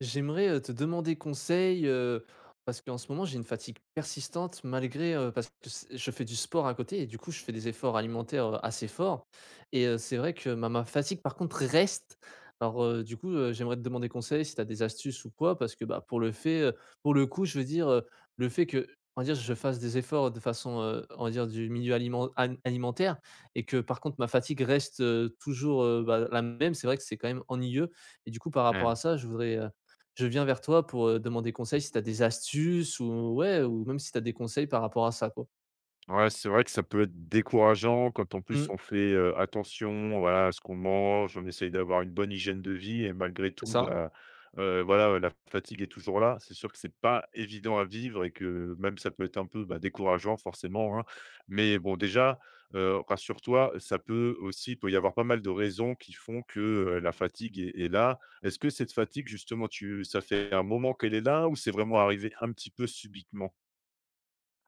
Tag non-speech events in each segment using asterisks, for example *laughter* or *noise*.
J'aimerais, te demander conseil, parce qu'en ce moment j'ai une fatigue persistante malgré, parce que c je fais du sport à côté et du coup je fais des efforts alimentaires, assez forts et c'est vrai que ma fatigue par contre reste. Alors, du coup, j'aimerais te demander conseil si tu as des astuces ou quoi parce que, bah, pour le fait, pour le coup je veux dire, le fait que, on va dire je fasse des efforts de façon, on va dire du milieu alimentaire et que par contre ma fatigue reste, toujours, bah, la même, c'est vrai que c'est quand même ennuyeux et du coup par rapport Mmh. à ça je voudrais, je viens vers toi pour, demander conseil si tu as des astuces ou ouais, ou même si tu as des conseils par rapport à ça, quoi. Ouais, c'est vrai que ça peut être décourageant quand en plus Mmh, on fait, attention, voilà, à ce qu'on mange, on essaye d'avoir une bonne hygiène de vie et malgré c'est tout, ça. bah, voilà, la fatigue est toujours là. C'est sûr que c'est pas évident à vivre et que même ça peut être un peu, bah, décourageant forcément, hein. Mais bon déjà, rassure-toi, ça peut aussi il peut y avoir pas mal de raisons qui font que, la fatigue est là. Est-ce que cette fatigue justement tu ça fait un moment qu'elle est là ou c'est vraiment arrivé un petit peu subitement?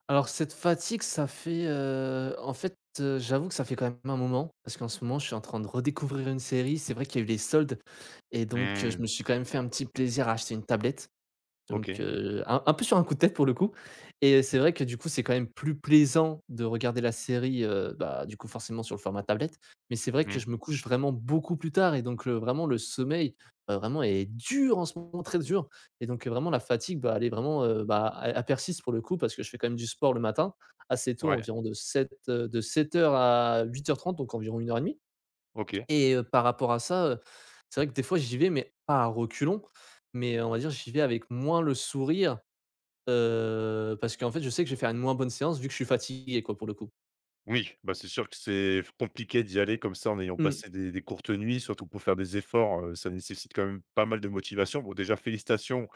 Alors cette fatigue, ça fait, en fait, j'avoue que ça fait quand même un moment, parce qu'en ce moment, je suis en train de redécouvrir une série. C'est vrai qu'il y a eu les soldes et donc, je Mmh. me suis quand même fait un petit plaisir à acheter une tablette. Donc OK. heu, un peu sur un coup de tête pour le coup. Et c'est vrai que du coup, c'est quand même plus plaisant de regarder la série, bah, du coup forcément sur le format tablette. Mais c'est vrai que Mmh. je me couche vraiment beaucoup plus tard et donc le vraiment le sommeil, vraiment est dur en ce moment, très dur. Et donc vraiment la fatigue, bah, elle est vraiment, bah, elle persiste pour le coup parce que je fais quand même du sport le matin, assez tôt, Ouais, environ de 7 heures à 8 heures 30 donc environ une heure et 1. OK. Et par rapport à ça, c'est vrai que des fois j'y vais, mais pas à reculons, mais on va dire j'y vais avec moins le sourire, parce qu'en fait je sais que je vais faire une moins bonne séance vu que je suis fatigué quoi pour le coup. Oui, bah, c'est sûr que c'est compliqué d'y aller comme ça en ayant Mmh. passé des courtes nuits, surtout pour faire des efforts, ça nécessite quand même pas mal de motivation. Bon, déjà félicitations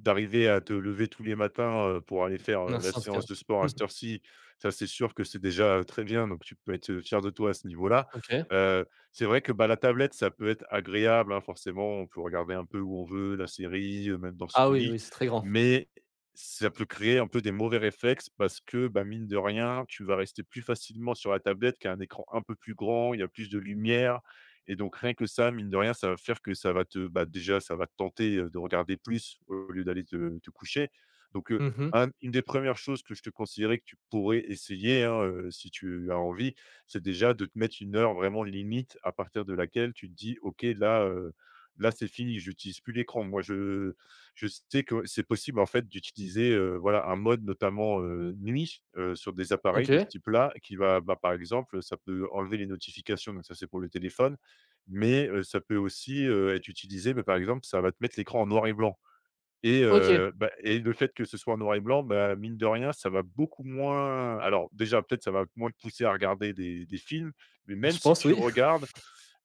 d'arriver à te lever tous les matins, pour aller faire, Merci la en tout cas. séance de *laughs* sport à Mmh. cette heure-ci. Ça, c'est sûr que c'est déjà, très bien, donc tu peux être, fier de toi à ce niveau-là. OK. Heu, c'est vrai que, bah, la tablette, ça peut être agréable, hein, forcément, on peut regarder un peu où on veut, la série, même dans son Ah oui, lit, oui, c'est très grand. mais si Ça peut créer un peu des mauvais réflexes parce que, bah, mine de rien, tu vas rester plus facilement sur la tablette qu'un écran un peu plus grand, il y a plus de lumière et donc rien que ça, mine de rien, ça va faire que ça va te bah, déjà, ça va te tenter, de regarder plus au lieu d'aller te coucher donc Mmh. un une des premières choses que je te conseillerais que tu pourrais essayer, hein, si tu as envie, c'est déjà de te mettre une heure vraiment limite à partir de laquelle tu te dis: «OK, là, là, c'est fini, j'utilise plus l'écran». Moi, je sais que c'est possible en fait d'utiliser, voilà, un mode notamment, nuit, sur des appareils de ce OK. type-là qui va, bah, par exemple, ça peut enlever les notifications, donc ça c'est pour le téléphone, mais, ça peut aussi, être utilisé, mais par exemple, ça va te mettre l'écran en noir et blanc et OK. Bah et le fait que ce soit en noir et blanc, bah, mine de rien, ça va beaucoup moins alors déjà peut-être ça va moins te pousser à regarder des films, mais même Je si pense tu oui. regardes,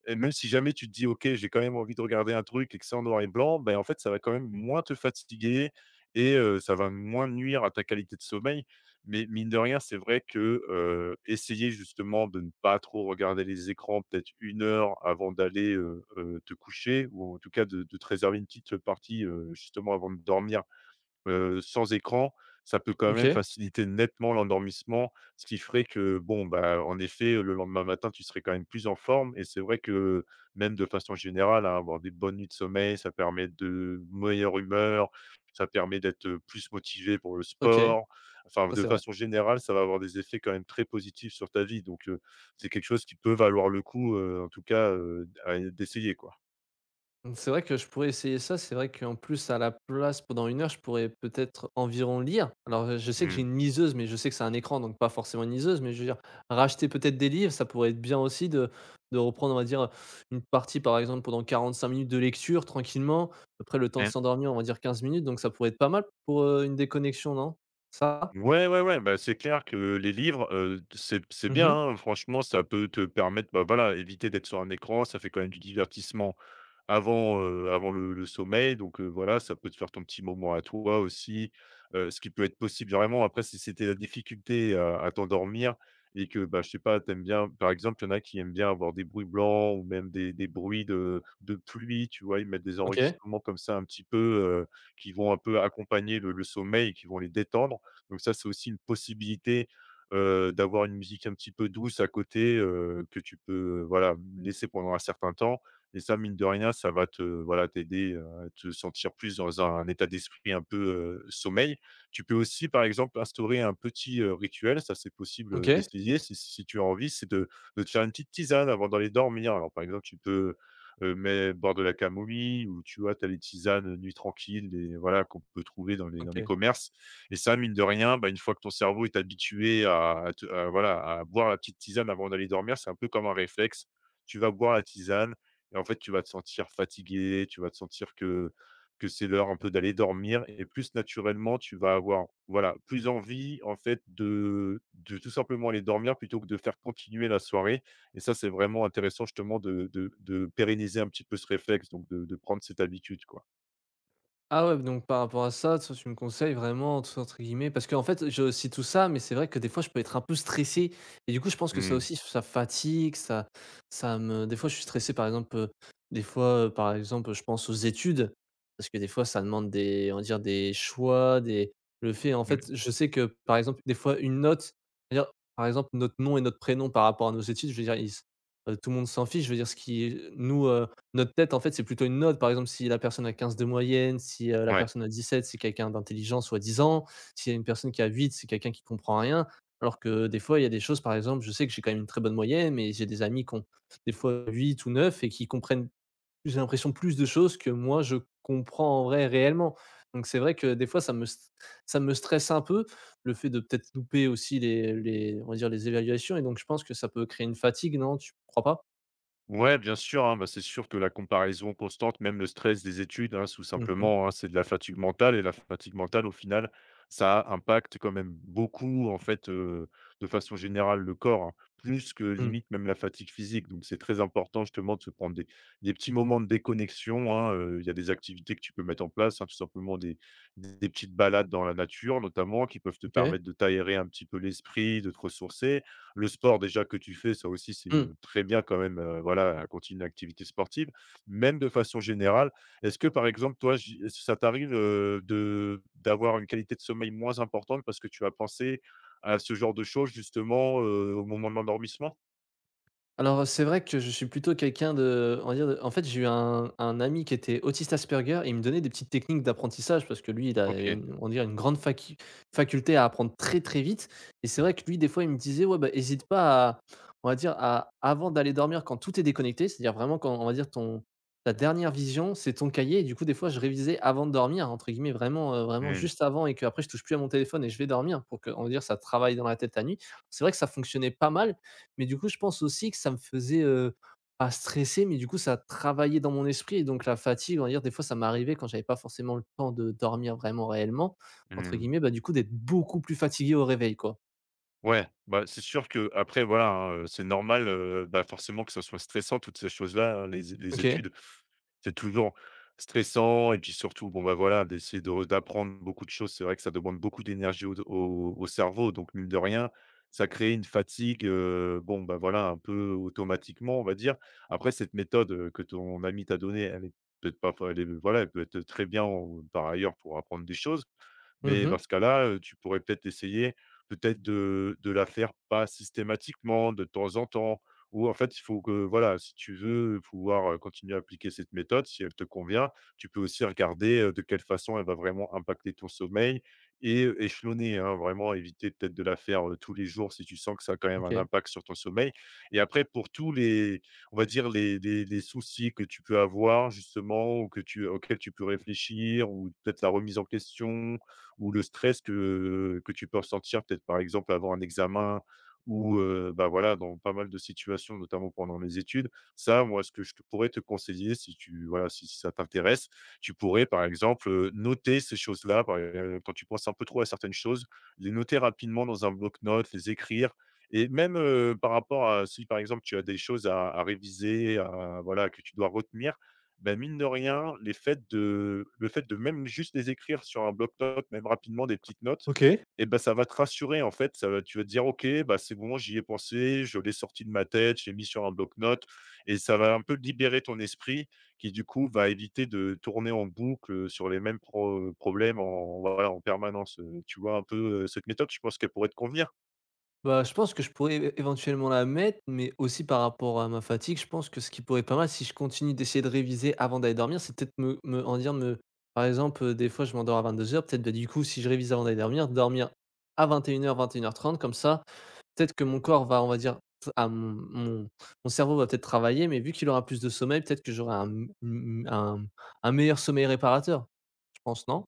et même si jamais tu te dis: «OK, j'ai quand même envie de regarder un truc et que c'est en noir et blanc», ben en fait, ça va quand même moins te fatiguer et ça va moins nuire à ta qualité de sommeil. Mais mine de rien, c'est vrai que, essayer justement de ne pas trop regarder les écrans, peut-être une heure avant d'aller, te coucher ou en tout cas de te réserver une petite partie, justement avant de dormir sans écran, ça peut *laughs* quand même OK. faciliter nettement l'endormissement, ce qui ferait que, bon, bah, en effet, le lendemain matin, tu serais quand même plus en forme et c'est vrai que même de façon générale, hein, avoir des bonnes nuits de sommeil, ça permet de meilleure humeur, ça permet d'être, plus motivé pour le OK. Ça sport. Enfin, de c'est vrai. façon générale, ça va avoir des effets quand même très positifs sur ta vie donc c'est quelque chose qui peut valoir le coup, en tout cas, à d'essayer, quoi. Mmh, c'est vrai que je pourrais essayer ça. C'est vrai qu'en plus, à la place, pendant une heure, je pourrais peut-être environ lire. Alors, je sais que j'ai Mmh. une liseuse, mais je sais que c'est un écran, donc pas forcément une liseuse, mais je veux dire, racheter peut-être des livres, ça pourrait être bien aussi de reprendre, on va dire, une partie, par exemple, pendant 45 minutes de lecture tranquillement. Après le temps de s'endormir, on va dire 15 minutes, donc ça pourrait être pas mal pour, une déconnexion, non? Ça? Ouais, ouais, ouais, bah, c'est clair que les livres, c'est bien, Mmh. hein, franchement, ça peut te permettre, bah, voilà, éviter d'être sur un écran, ça fait quand même du divertissement avant, avant le sommeil donc voilà, ça peut te faire ton petit moment à toi aussi, ce qui peut être possible vraiment après si c'était la difficulté à t'endormir et que, bah, je sais pas, t'aimes bien par exemple, il y en a qui aiment bien avoir des bruits blancs ou même des bruits de pluie, tu vois? Ils mettent des OK. enregistrements comme ça un petit peu, qui vont un peu accompagner le sommeil et qui vont les détendre. Donc ça, c'est aussi une possibilité, d'avoir une musique un petit peu douce à côté, que tu peux, voilà, laisser pendant un certain temps et ça, mine de rien, ça va te, voilà, t'aider, à te sentir plus dans un état d'esprit un peu, sommeil. Tu peux aussi, par exemple, instaurer un petit, rituel, ça, c'est possible, OK. d'essayer si tu as envie, c'est de te faire une petite tisane avant d'aller dormir. Alors, par exemple, tu peux, mais boire de la camomille ou tu vois, tu as les tisanes, nuit tranquille, des voilà, qu'on peut trouver dans les OK. commerces. Et ça, mine de rien, bah, une fois que ton cerveau est habitué à voilà, à boire la petite tisane avant d'aller dormir, c'est un peu comme un réflexe. Tu vas boire la tisane et en fait, tu vas te sentir fatigué, tu vas te sentir que c'est l'heure un peu d'aller dormir et plus naturellement, tu vas avoir, voilà, plus envie en fait de tout simplement aller dormir plutôt que de faire continuer la soirée et ça, c'est vraiment intéressant justement de pérenniser un petit peu ce réflexe donc de prendre cette habitude, quoi. Ah ouais, donc par rapport à ça, toi, tu me conseilles vraiment, tout entre guillemets, parce qu'en fait, je aussi tout ça, mais c'est vrai que des fois, je peux être un peu stressé. Et du coup, je pense que ça Mmh, aussi, ça fatigue, ça me. Des fois, je suis stressé, par exemple, des fois, par exemple, je pense aux études, parce que des fois, ça demande des, on va dire, des choix, des. Le fait, en mmh, fait, je sais que, par exemple, des fois, une note, c'est-à-dire, par exemple, notre nom et notre prénom par rapport à nos études, je veux dire, tout le monde s'en fiche. Je veux dire, ce qui, nous, notre tête, en fait, c'est plutôt une note. Par exemple, si la personne a 15 de moyenne, si, la ouais. personne a 17, c'est quelqu'un d'intelligent soi-disant. S'il y a une personne qui a 8, c'est quelqu'un qui comprend rien. Alors que des fois, il y a des choses, par exemple, je sais que j'ai quand même une très bonne moyenne, mais j'ai des amis qui ont des fois 8 ou 9 et qui comprennent, j'ai l'impression, plus de choses que moi je comprends en vrai réellement. Donc c'est vrai que des fois ça me stresse un peu, le fait de peut-être louper aussi les on va dire les évaluations et donc je pense que ça peut créer une fatigue, non? Tu crois pas? Ouais, bien sûr, hein, bah, c'est sûr que la comparaison constante, même le stress des études, hein, tout Mmh mh. simplement, hein, c'est de la fatigue mentale et la fatigue mentale, au final, ça impacte quand même beaucoup, en fait, de façon générale, le corps, hein, plus que Mmh. limite même la fatigue physique. Donc, c'est très important justement de se prendre des petits moments de déconnexion, hein, il y a des activités que tu peux mettre en place, hein, tout simplement des petites balades dans la nature, notamment, qui peuvent te OK. permettre de t'aérer un petit peu l'esprit, de te ressourcer le sport déjà que tu fais, ça aussi c'est Mmh. très bien quand même, voilà, à continuer l'activité sportive. Même de façon générale, est-ce que par exemple toi, j est-ce que ça t'arrive, de d'avoir une qualité de sommeil moins importante parce que tu as pensé à ce genre de choses justement, au moment de l'endormissement? Alors, c'est vrai que je suis plutôt quelqu'un de on va dire de en fait, j'ai eu un ami qui était autiste Asperger et il me donnait des petites techniques d'apprentissage parce que lui, il avait OK. une on va une grande faculté à apprendre très, très vite. Et c'est vrai que lui, des fois, il me disait: «Ouais, bah, hésite pas à on va dire à avant d'aller dormir quand tout est déconnecté», c'est-à-dire vraiment quand on va dire ton ta dernière vision, c'est ton cahier et du coup, des fois, je révisais «avant de dormir» entre guillemets, vraiment, vraiment Mmh. juste avant et que après je touche plus à mon téléphone et je vais dormir pour que on va dire ça travaille dans la tête la nuit. C'est vrai que ça fonctionnait pas mal mais du coup, je pense aussi que ça me faisait, pas stresser, mais du coup, ça travaillait dans mon esprit et donc la fatigue, on va dire, des fois, ça m'arrivait quand j'avais pas forcément le temps de «dormir vraiment réellement», entre Mmh. guillemets, bah, du coup, d'être beaucoup plus fatigué au réveil, quoi. Ouais, bah, c'est sûr que après voilà, hein, c'est normal, bah, forcément que ça soit stressant toutes ces choses-là, hein, les OK. études. C'est toujours stressant et puis surtout, bon, bah, voilà, d'essayer de d'apprendre beaucoup de choses. C'est vrai que ça demande beaucoup d'énergie au cerveau, donc mine de rien, ça crée une fatigue, bon, bah, voilà, un peu automatiquement, on va dire. Après cette méthode, que ton ami t'a donnée, elle est peut-être pas enfin, elle est voilà, elle peut être très bien en par ailleurs pour apprendre des choses. Mais Mmh. dans ce cas-là, tu pourrais peut-être essayer, peut-être de la faire pas systématiquement, de temps en temps ou en fait, il faut que voilà, si tu veux pouvoir, continuer à appliquer cette méthode, si elle te convient, tu peux aussi regarder, de quelle façon elle va vraiment impacter ton sommeil et échelonner, hein, vraiment éviter peut-être de la faire, tous les jours si tu sens que ça a quand même un OK. impact sur ton sommeil et après pour tous les on va dire les soucis que tu peux avoir justement ou que tu auxquels tu peux réfléchir ou peut-être la remise en question ou le stress que tu peux ressentir peut-être, par exemple, avant un examen ou, bah, voilà, dans pas mal de situations, notamment pendant les études. Ça, moi, ce que je te pourrais te conseiller si tu voilà, si ça t'intéresse, tu pourrais, par exemple, noter ces choses-là, par e quand tu penses un peu trop à certaines choses, les noter rapidement dans un bloc-notes, les écrire et même, par rapport à si, par exemple, tu as des choses à réviser, à voilà, que tu dois retenir ben mine de rien, les faits de le fait de même juste les écrire sur un bloc-notes, même rapidement des petites notes OK. et ben ça va te rassurer en fait, ça va tu vas te dire: «OK, bah, c'est bon, j'y ai pensé, je l'ai sorti de ma tête, j'ai mis sur un bloc-notes» et ça va un peu libérer ton esprit qui du coup va éviter de tourner en boucle, sur les mêmes problèmes en voilà, en permanence, tu vois un peu, cette méthode, je pense qu'elle pourrait te convenir? Bah, je pense que je pourrais é éventuellement la mettre, mais aussi par rapport à ma fatigue, je pense que ce qui pourrait être pas mal si je continue d'essayer de réviser avant d'aller dormir, c'est peut-être me me on dire me par exemple, des fois, je m'endors à 22 heures. Peut-être, bah, du coup, si je révise avant d'aller dormir, à 21 heures 30, comme ça. Peut-être que mon corps va, on va dire, t mon cerveau va peut-être travailler, mais vu qu'il aura plus de sommeil, peut-être que j'aurai un m m un meilleur sommeil réparateur, je pense, non?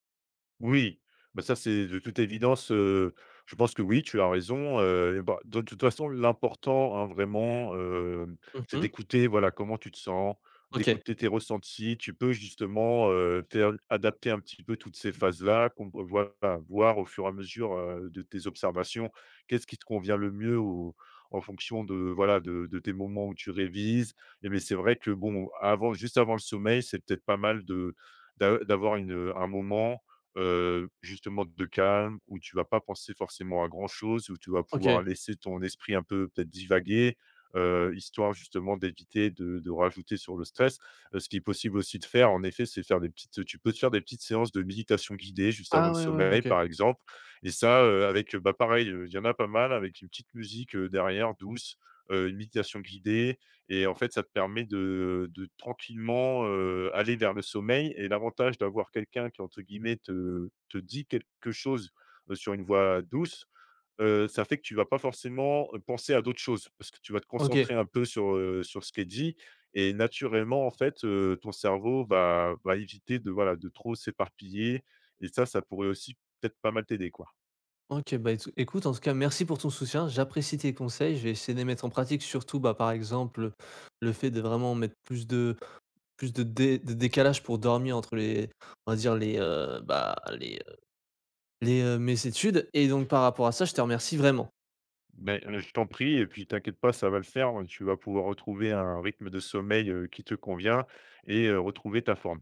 Oui, bah, ça c'est de toute évidence, je pense que oui, tu as raison, et bah, de toute façon l'important, hein, vraiment, c'est Mmh. d'écouter, voilà, comment tu te sens, OK, d'écouter tes ressentis. Tu peux justement, faire adapter un petit peu toutes ces phases-là, qu'on peut voilà, voir au fur et à mesure, de tes observations. Qu'est-ce qui te convient le mieux au en fonction de, voilà, de tes moments où tu révises et mais c'est vrai que bon, avant juste avant le sommeil, c'est peut-être pas mal de d'a d'avoir une, un moment justement de calme, où tu vas pas penser forcément à grand chose, où tu vas pouvoir OK. laisser ton esprit un peu peut-être divaguer, histoire justement d'éviter de rajouter sur le stress. Ce qui est possible aussi de faire, en effet, c'est faire des petites, tu peux te faire des petites séances de méditation guidée juste avant Ah le ouais, ouais, sommeil, OK. par exemple et ça, avec, bah, pareil, il y en a pas mal avec une petite musique, derrière douce, une méditation guidée et en fait, ça te permet de tranquillement, aller vers le sommeil et l'avantage d'avoir quelqu'un qui, entre guillemets, te dit quelque chose, sur une voix douce, ça fait que tu vas pas forcément, penser à d'autres choses parce que tu vas te OK, concentrer un peu sur ce qui est dit et naturellement, en fait, ton cerveau va éviter de, voilà, de trop s'éparpiller et ça pourrait aussi peut-être pas mal t'aider, quoi. OK, bah, écoute, en tout cas, merci pour ton soutien. J'apprécie tes conseils. Je vais essayer de les mettre en pratique, surtout, bah, par exemple, le fait de vraiment mettre plus de décalage pour dormir entre les on va dire les, bah, les, mes études et donc par rapport à ça, je te remercie vraiment. Ben, je t'en prie et puis t'inquiète pas, ça va le faire, hein. Tu vas pouvoir retrouver un rythme de sommeil, qui te convient et retrouver ta forme.